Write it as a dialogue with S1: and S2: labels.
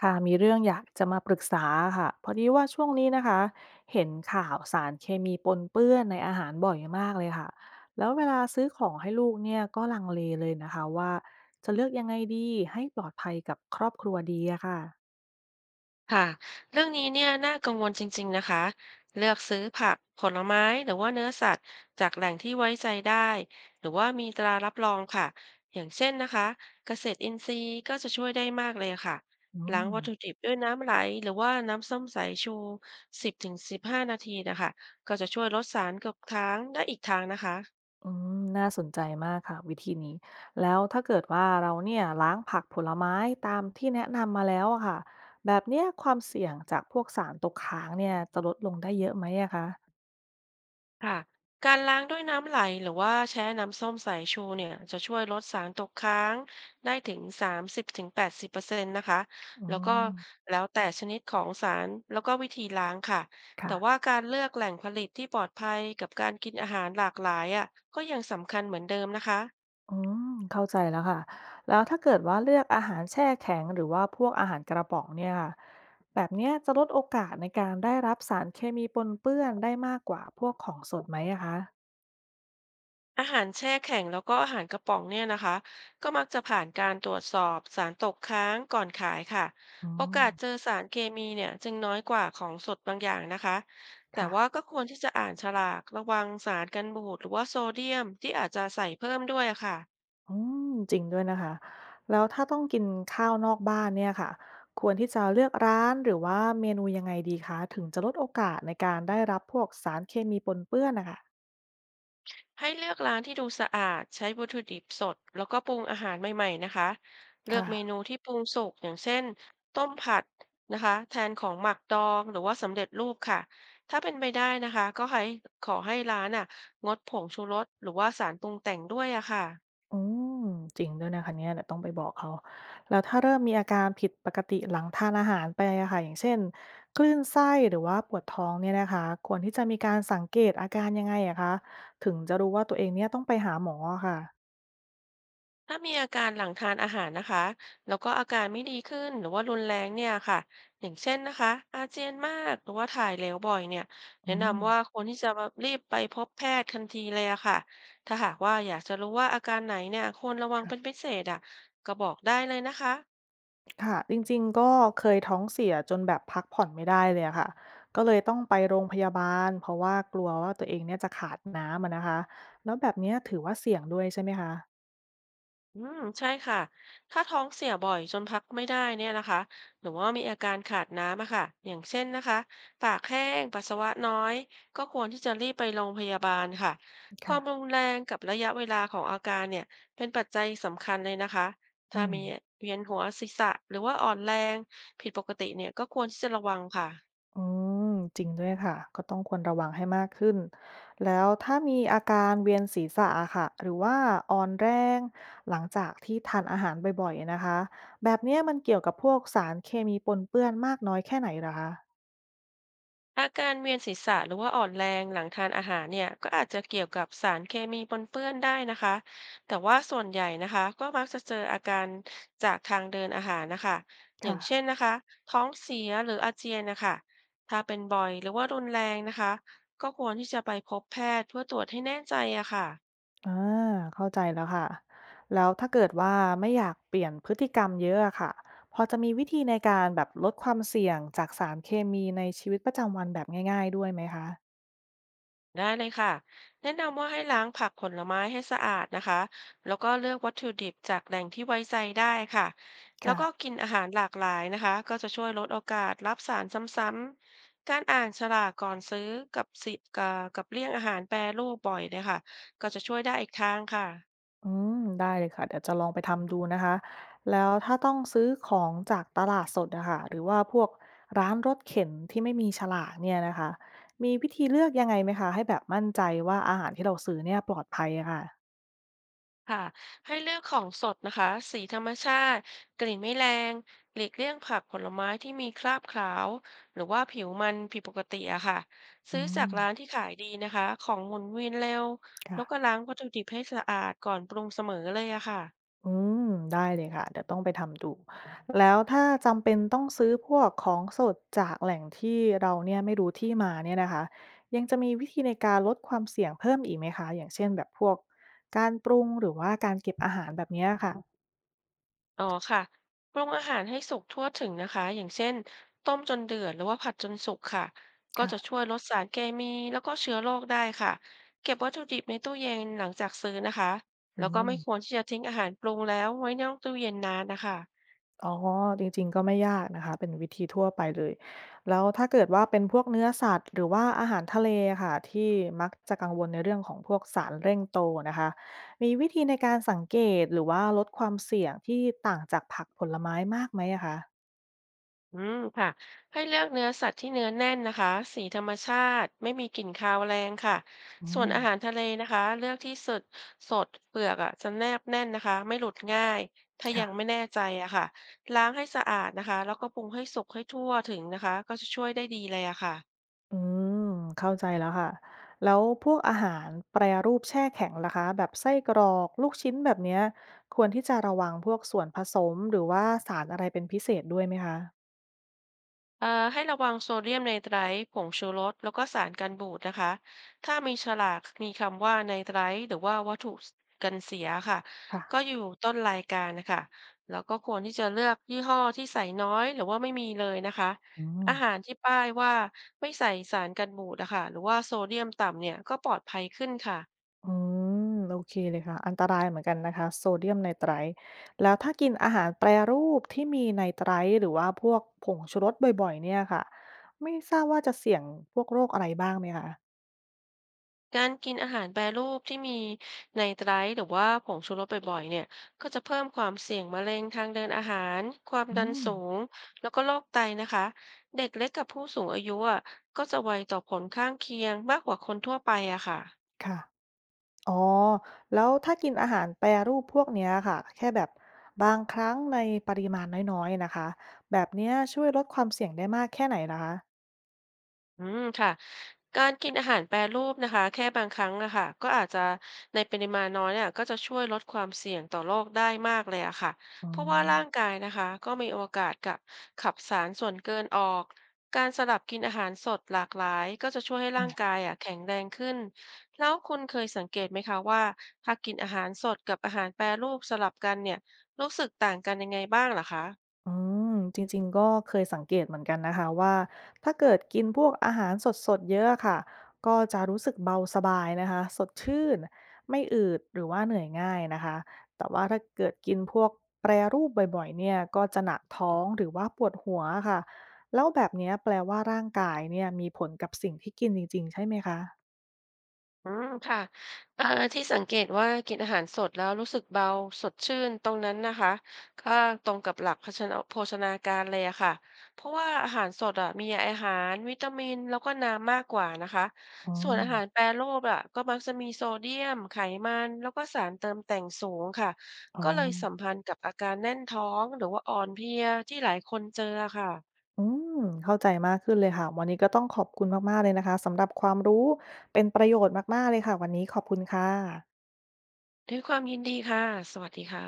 S1: ค่ะมีเรื่องอยากจะมาปรึกษาค่ะพอดีว่าช่วงนี้นะคะเห็นข่าวสารเคมีปนเปื้อนในอาหารบ่อยมากเลยค่ะแล้วเวลาซื้อของให้ลูกเนี่ยก็ลังเลเลยนะคะว่าจะเลือกยังไงดีให้ปลอดภัยกับครอบครัวดีอะค่ะ
S2: ค่ะเรื่องนี้เนี่ยน่ากังวลจริงๆนะคะเลือกซื้อผักผลไม้หรือว่าเนื้อสัตว์จากแหล่งที่ไว้ใจได้หรือว่ามีตรารับรองค่ะอย่างเช่นนะคะเกษตรอินทรีย์ก็จะช่วยได้มากเลยค่ะ
S1: อื
S2: ล้าง
S1: ม
S2: วัตถุดิบด้วยน้ำไหลหรือว่าน้ำส้มสายชู10ถึง15นาทีนะคะก็จะช่วยลดสารตกค้างได้อีกทางนะคะ
S1: อืมน่าสนใจมากค่ะวิธีนี้แล้วถ้าเกิดว่าเราเนี่ยล้างผักผลไม้ตามที่แนะนำมาแล้วอะค่ะแบบเนี้ยความเสี่ยงจากพวกสารตกค้างเนี่ยจะลดลงได้เยอะไหมอะคะ
S2: ค่ะการล้างด้วยน้ำไหลหรือว่าแช่น้ำส้มสายชูเนี่ยจะช่วยลดสารตกค้างได้ถึงสามสิบถึงแปดสิบเปอร์เซ็นต์นะคะ
S1: อื
S2: แล้วก็
S1: ม
S2: แล้วแต่ชนิดของสารแล้วก็วิธีล้างค่ะแต่
S1: ค่ะ
S2: ว่าการเลือกแหล่งผลิตที่ปลอดภัยกับการกินอาหารหลากหลายอ่ะก็ยังสำคัญเหมือนเดิมนะคะ
S1: อืมเข้าใจแล้วค่ะแล้วถ้าเกิดว่าเลือกอาหารแช่แข็งหรือว่าพวกอาหารกระป๋องเนี่ยค่ะแบบเนี้ยจะลดโอกาสในการได้รับสารเคมีปนเปื้อนได้มากกว่าพวกของสดไหมอะคะ
S2: อาหารแช่แข็งแล้วก็อาหารกระป๋องเนี่ยนะคะก็มักจะผ่านการตรวจสอบสารตกค้างก่อนขายค่ะ
S1: อื
S2: โอ
S1: ม
S2: กาสเจอสารเคมีเนี่ยจึงน้อยกว่าของสดบางอย่างนะคะแต่ว่า
S1: ค่ะ
S2: ก็ควรที่จะอ่านฉลากระวังสารกันบูดหรือว่าโซเดียมที่อาจจะใส่เพิ่มด้วยอะค่ะ
S1: อืมจริงด้วยนะคะแล้วถ้าต้องกินข้าวนอกบ้านเนี่ยค่ะควรที่จะเลือกร้านหรือว่าเมนูยังไงดีคะถึงจะลดโอกาสในการได้รับพวกสารเคมีปนเปื้อนนะค่ะ
S2: ให้เลือกร้านที่ดูสะอาดใช้วัตถุดิบสดแล้วก็ปรุงอาหารใหม่ๆนะคะเลือกเมนู
S1: ค่ะ
S2: ที่ปรุงสุกอย่างเช่นต้มผัดนะคะแทนของหมักดองหรือว่าสำเร็จรูปค่ะถ้าเป็นไปได้นะคะก็ให้ขอให้ร้านอ่ะงดผงชูรสหรือว่าสารปรุงแต่งด้วยอะค่ะ
S1: อืมจริงด้วยนะคะเนี่ยเดี๋ยวต้องไปบอกเขาแล้วถ้าเริ่มมีอาการผิดปกติหลังทานอาหารไปอะค่ะอย่างเช่นคลื่นไส้หรือว่าปวดท้องเนี่ยนะคะควรที่จะมีการสังเกตอาการยังไงอะคะถึงจะรู้ว่าตัวเองเนี่ยต้องไปหาหมออะค่ะ
S2: ถ้ามีอาการหลังทานอาหารนะคะแล้วก็อาการไม่ดีขึ้นหรือว่ารุนแรงเนี่ยค่ะอย่างเช่นนะคะอาเจียนมากหรือว่าถ่ายเหลวบ่อยเนี่ย
S1: อื
S2: แนะ
S1: ม
S2: นำว่าควรที่จะรีบไปพบแพทย์ทันทีเลยอะค่ะถ้าหากว่าอยากจะรู้ว่าอาการไหนเนี่ยควรระวังเป็น
S1: ค่ะ
S2: พิเศษอะก็บอกได้เลยนะคะ
S1: ค่ะจริงๆก็เคยท้องเสียจนแบบพักผ่อนไม่ได้เลยอะค่ะก็เลยต้องไปโรงพยาบาลเพราะว่ากลัวว่าตัวเองเนี่ยจะขาดน้ำอะนะคะแล้วแบบเนี้ยถือว่าเสี่ยงด้วยใช่ไหมคะ
S2: อืมใช่ค่ะ ถ้าท้องเสียบ่อยจนพักไม่ได้เนี่ยนะคะหรือว่ามีอาการขาดน้ำอะค่ะอย่างเช่นนะคะปากแห้งปัสสาวะน้อยก็ควรที่จะรีบไปโรงพยาบาลค่ะความรุ
S1: ค่ะ
S2: นแรงกับระยะเวลาของอาการเนี่ยเป็นปัจจัยสำคัญเลยนะคะ
S1: อื
S2: ถ้ามี
S1: ม
S2: เวียนหัวศีรษะหรือว่าอ่อนแรงผิดปกติเนี่ยก็ควรที่จะระวังค่ะ
S1: อืมจริงด้วยค่ะก็ต้องควรระวังให้มากขึ้นแล้วถ้ามีอาการเวียนศีรษะอะค่ะหรือว่าอ่อนแรงหลังจากที่ทานอาหารบ่อยๆนะคะแบบเนี้ยมันเกี่ยวกับพวกสารเคมีปนเปื้อนมากน้อยแค่ไหนเหรอคะ
S2: อาการเวียนศีรษะหรือว่าอ่อนแรงหลังทานอาหารเนี่ยก็อาจจะเกี่ยวกับสารเคมีปนเปื้อนได้นะคะแต่ว่าส่วนใหญ่นะคะก็มักจะเจออาการจากทางเดินอาหารนะคะอย่า
S1: ค่ะ
S2: งเช่นนะคะท้องเสียหรืออาเจียนนะคะถ้าเป็นบ่อยหรือว่ารุนแรงนะคะก็ควรที่จะไปพบแพทย์เพื่อตรวจให้แน่ใจอะค่ะ
S1: อ่าเข้าใจแล้วค่ะแล้วถ้าเกิดว่าไม่อยากเปลี่ยนพฤติกรรมเยอะอะค่ะพอจะมีวิธีในการแบบลดความเสี่ยงจากสารเคมีในชีวิตประจำวันแบบง่ายๆด้วยไหมคะ
S2: ได้เลยค่ะแนะนำว่าให้ล้างผักผลไม้ให้สะอาดนะคะแล้วก็เลือกวัตถุดิบจากแหล่งที่ไว้ใจได้ค่ะแล้ว
S1: ค่ะ
S2: ก็กินอาหารหลากหลายนะคะก็จะช่วยลดโอกาสรับสารซ้ำๆการอ่านฉลากก่อนซื้อกับสิกับกับเลี่ยงอาหารแปรรูปบ่อยเนี่ยค่ะก็จะช่วยได้อีกทางค่ะ
S1: อืมได้เลยค่ะเดี๋ยวจะลองไปทำดูนะคะแล้วถ้าต้องซื้อของจากตลาดสดอะค่ะหรือว่าพวกร้านรถเข็นที่ไม่มีฉลากเนี่ยนะคะมีวิธีเลือกยังไงไหมคะให้แบบมั่นใจว่าอาหารที่เราซื้อเนี่ยปลอดภัยอะค่ะ
S2: ค่ะให้เลือกของสดนะคะสีธรรมชาติกลิ่นไม่แรงหลีกเลี่ยงผักผลไม้ที่มีคราบขาวหรือว่าผิวมันผิดปกติอะค่ะซื้
S1: อื
S2: อจา
S1: ม
S2: กร้านที่ขายดีนะคะของหมุนเวียนเร็วแล้
S1: ค่ะ
S2: วก็ล้างวัตถุดิบให้สะอาดก่อนปรุงเสมอเลยอะค่ะ
S1: อืมได้เลยค่ะเดี๋ยวต้องไปทำดูแล้วถ้าจำเป็นต้องซื้อพวกของสดจากแหล่งที่เราเนี่ยไม่รู้ที่มาเนี่ยนะคะยังจะมีวิธีในการลดความเสี่ยงเพิ่มอีกไหมคะอย่างเช่นแบบพวกการปรุงหรือว่าการเก็บอาหารแบบเนี้ยค่ะ
S2: อ๋อค่ะปรุงอาหารให้สุกทั่วถึงนะคะอย่างเช่นต้มจนเดือดหรือว่าผัดจนสุกค่ะก็
S1: ค่ะ
S2: จะช่วยลดสารเคมีแล้วก็เชื้อโรคได้ค่ะเก็บวัตถุดิบในตู้เย็นหลังจากซื้อนะคะ
S1: อื
S2: แล้วก็
S1: ม
S2: ไม่ควรที่จะทิ้งอาหารปรุงแล้วไว้ในตู้เย็นนานนะคะ
S1: อ๋อจริงๆก็ไม่ยากนะคะเป็นวิธีทั่วไปเลยแล้วถ้าเกิดว่าเป็นพวกเนื้อสัตว์หรือว่าอาหารทะเลอะค่ะที่มักจะกังวลในเรื่องของพวกสารเร่งโตนะคะมีวิธีในการสังเกตหรือว่าลดความเสี่ยงที่ต่างจากผักผลไม้มากไหมอะคะ
S2: อืมค่ะให้เลือกเนื้อสัตว์ที่เนื้อแน่นนะคะสีธรรมชาติไม่มีกลิ่นคาวแรงค่ะ
S1: อื
S2: ส่วน
S1: ม
S2: อาหารทะเลนะคะเลือกที่สดเปลือกอ่ะจะแนบแน่นนะคะไม่หลุดง่ายถ้ายังไม่
S1: ค่ะ
S2: แน่ใจอะค่ะล้างให้สะอาดนะคะแล้วก็ปรุงให้สุกให้ทั่วถึงนะคะก็จะช่วยได้ดีเลยอะค่ะ
S1: อืมเข้าใจแล้วค่ะแล้วพวกอาหารแปรรูปแช่แข็งล่ะคะแบบไส้กรอกลูกชิ้นแบบเนี้ยควรที่จะระวังพวกส่วนผสมหรือว่าสารอะไรเป็นพิเศษด้วยไหมคะ
S2: เอ่อให้ระวังโซเดียมไนไตรท์ผงชูรสแล้วก็สารกันบูดนะคะถ้ามีฉลากมีคำว่าไนไตรท์หรือว่าวัตถุกันเสียค่ะ
S1: ค่ะ
S2: ก็อยู่ต้นรายการนะคะแล้วก็ควรที่จะเลือกยี่ห้อที่ใส่น้อยหรือว่าไม่มีเลยนะคะ
S1: อ๋อ
S2: อาหารที่ป้ายว่าไม่ใส่สารกันบูดนะคะหรือว่าโซเดียมต่ำเนี่ยก็ปลอดภัยขึ้นค่ะ
S1: อืมโอเคเลยค่ะ อันตรายเหมือนกันนะคะโซเดียมไนไตรต์แล้วถ้ากินอาหารแปรรูปที่มีไนไตรต์หรือว่าพวกผงชูรสบ่อยๆเนี่ยค่ะไม่ทราบว่าจะเสี่ยงพวกโรคอะไรบ้างไหมคะ
S2: การกินอาหารแปรรูปที่มีไนไตรท์หรือว่าผงชูรสบ่อยๆเนี่ยก็จะเพิ่มความเสี่ยงมะเร็งทางเดินอาหาร ความ
S1: อื
S2: ดัน
S1: ม
S2: สูงแล้วก็โรคไตนะคะ เด็กเล็กกับผู้สูงอายุอ่ะก็จะไวต่อผลข้างเคียงมากกว่าคนทั่วไปอะค่ะ
S1: ค่ะอ๋อแล้วถ้ากินอาหารแปรรูปพวกเนี้ยค่ะ แค่แบบบางครั้งในปริมาณน้อยๆนะคะ แบบเนี้ยช่วยลดความเสี่ยงได้มากแค่ไหนลหคะ
S2: อืมค่ะการกินอาหารแปรรูปนะคะแค่บางครั้งนะคะก็อาจจะในปริมาณน้อยเนี่ยก็จะช่วยลดความเสี่ยงต่อโรคได้มากเลยอะค่ะ
S1: อื
S2: เพราะว่าร่าง
S1: ม
S2: กายนะคะก็มีโอกาสกับขับสารส่วนเกินออกการสลับกินอาหารสดหลากหลายก็จะช่วยให้ร่า
S1: ค่ะ
S2: งกายอะแข็งแรงขึ้นแล้วคุณเคยสังเกตไหมคะว่าถ้ากินอาหารสดกับอาหารแปรรูปสลับกันเนี่ยรู้สึกต่างกันยังไงบ้างเหรอคะ
S1: อืมจริงๆก็เคยสังเกตเหมือนกันนะคะว่าถ้าเกิดกินพวกอาหารสดๆเยอะค่ะก็จะรู้สึกเบาสบายนะคะสดชื่นไม่อืดหรือว่าเหนื่อยง่ายนะคะแต่ว่าถ้าเกิดกินพวกแปรรูปบ่อยๆเนี่ยก็จะหนักท้องหรือว่าปวดหัวค่ะแล้วแบบเนี้ยแปลว่าร่างกายเนี่ยมีผลกับสิ่งที่กินจริงๆใช่ไหมคะ
S2: อืมค่ะที่สังเกตว่ากินอาหารสดแล้วรู้สึกเบาสดชื่นตรงนั้นนะคะก็ตรงกับหลักโภชนาการเลยอะค่ะเพราะว่าอาหารสดอะมีอาหารวิตามินแล้วก็น้ำมากกว่านะคะ
S1: อ๋อ
S2: ส่วนอาหารแปรรูปอะก็มักจะมีโซเดียมไขมันแล้วก็สารเติมแต่งสูงค่ะ
S1: อ๋อ
S2: ก็เลยสัมพันธ์กับอาการแน่นท้องหรือว่าอ่อนเพลียที่หลายคนเจออะค่ะ
S1: อืมเข้าใจมากขึ้นเลยค่ะวันนี้ก็ต้องขอบคุณมากๆเลยนะคะสำหรับความรู้เป็นประโยชน์มากๆเลยค่ะวันนี้ขอบคุณค่ะ
S2: ด้วยความยินดีค่ะสวัสดีค่ะ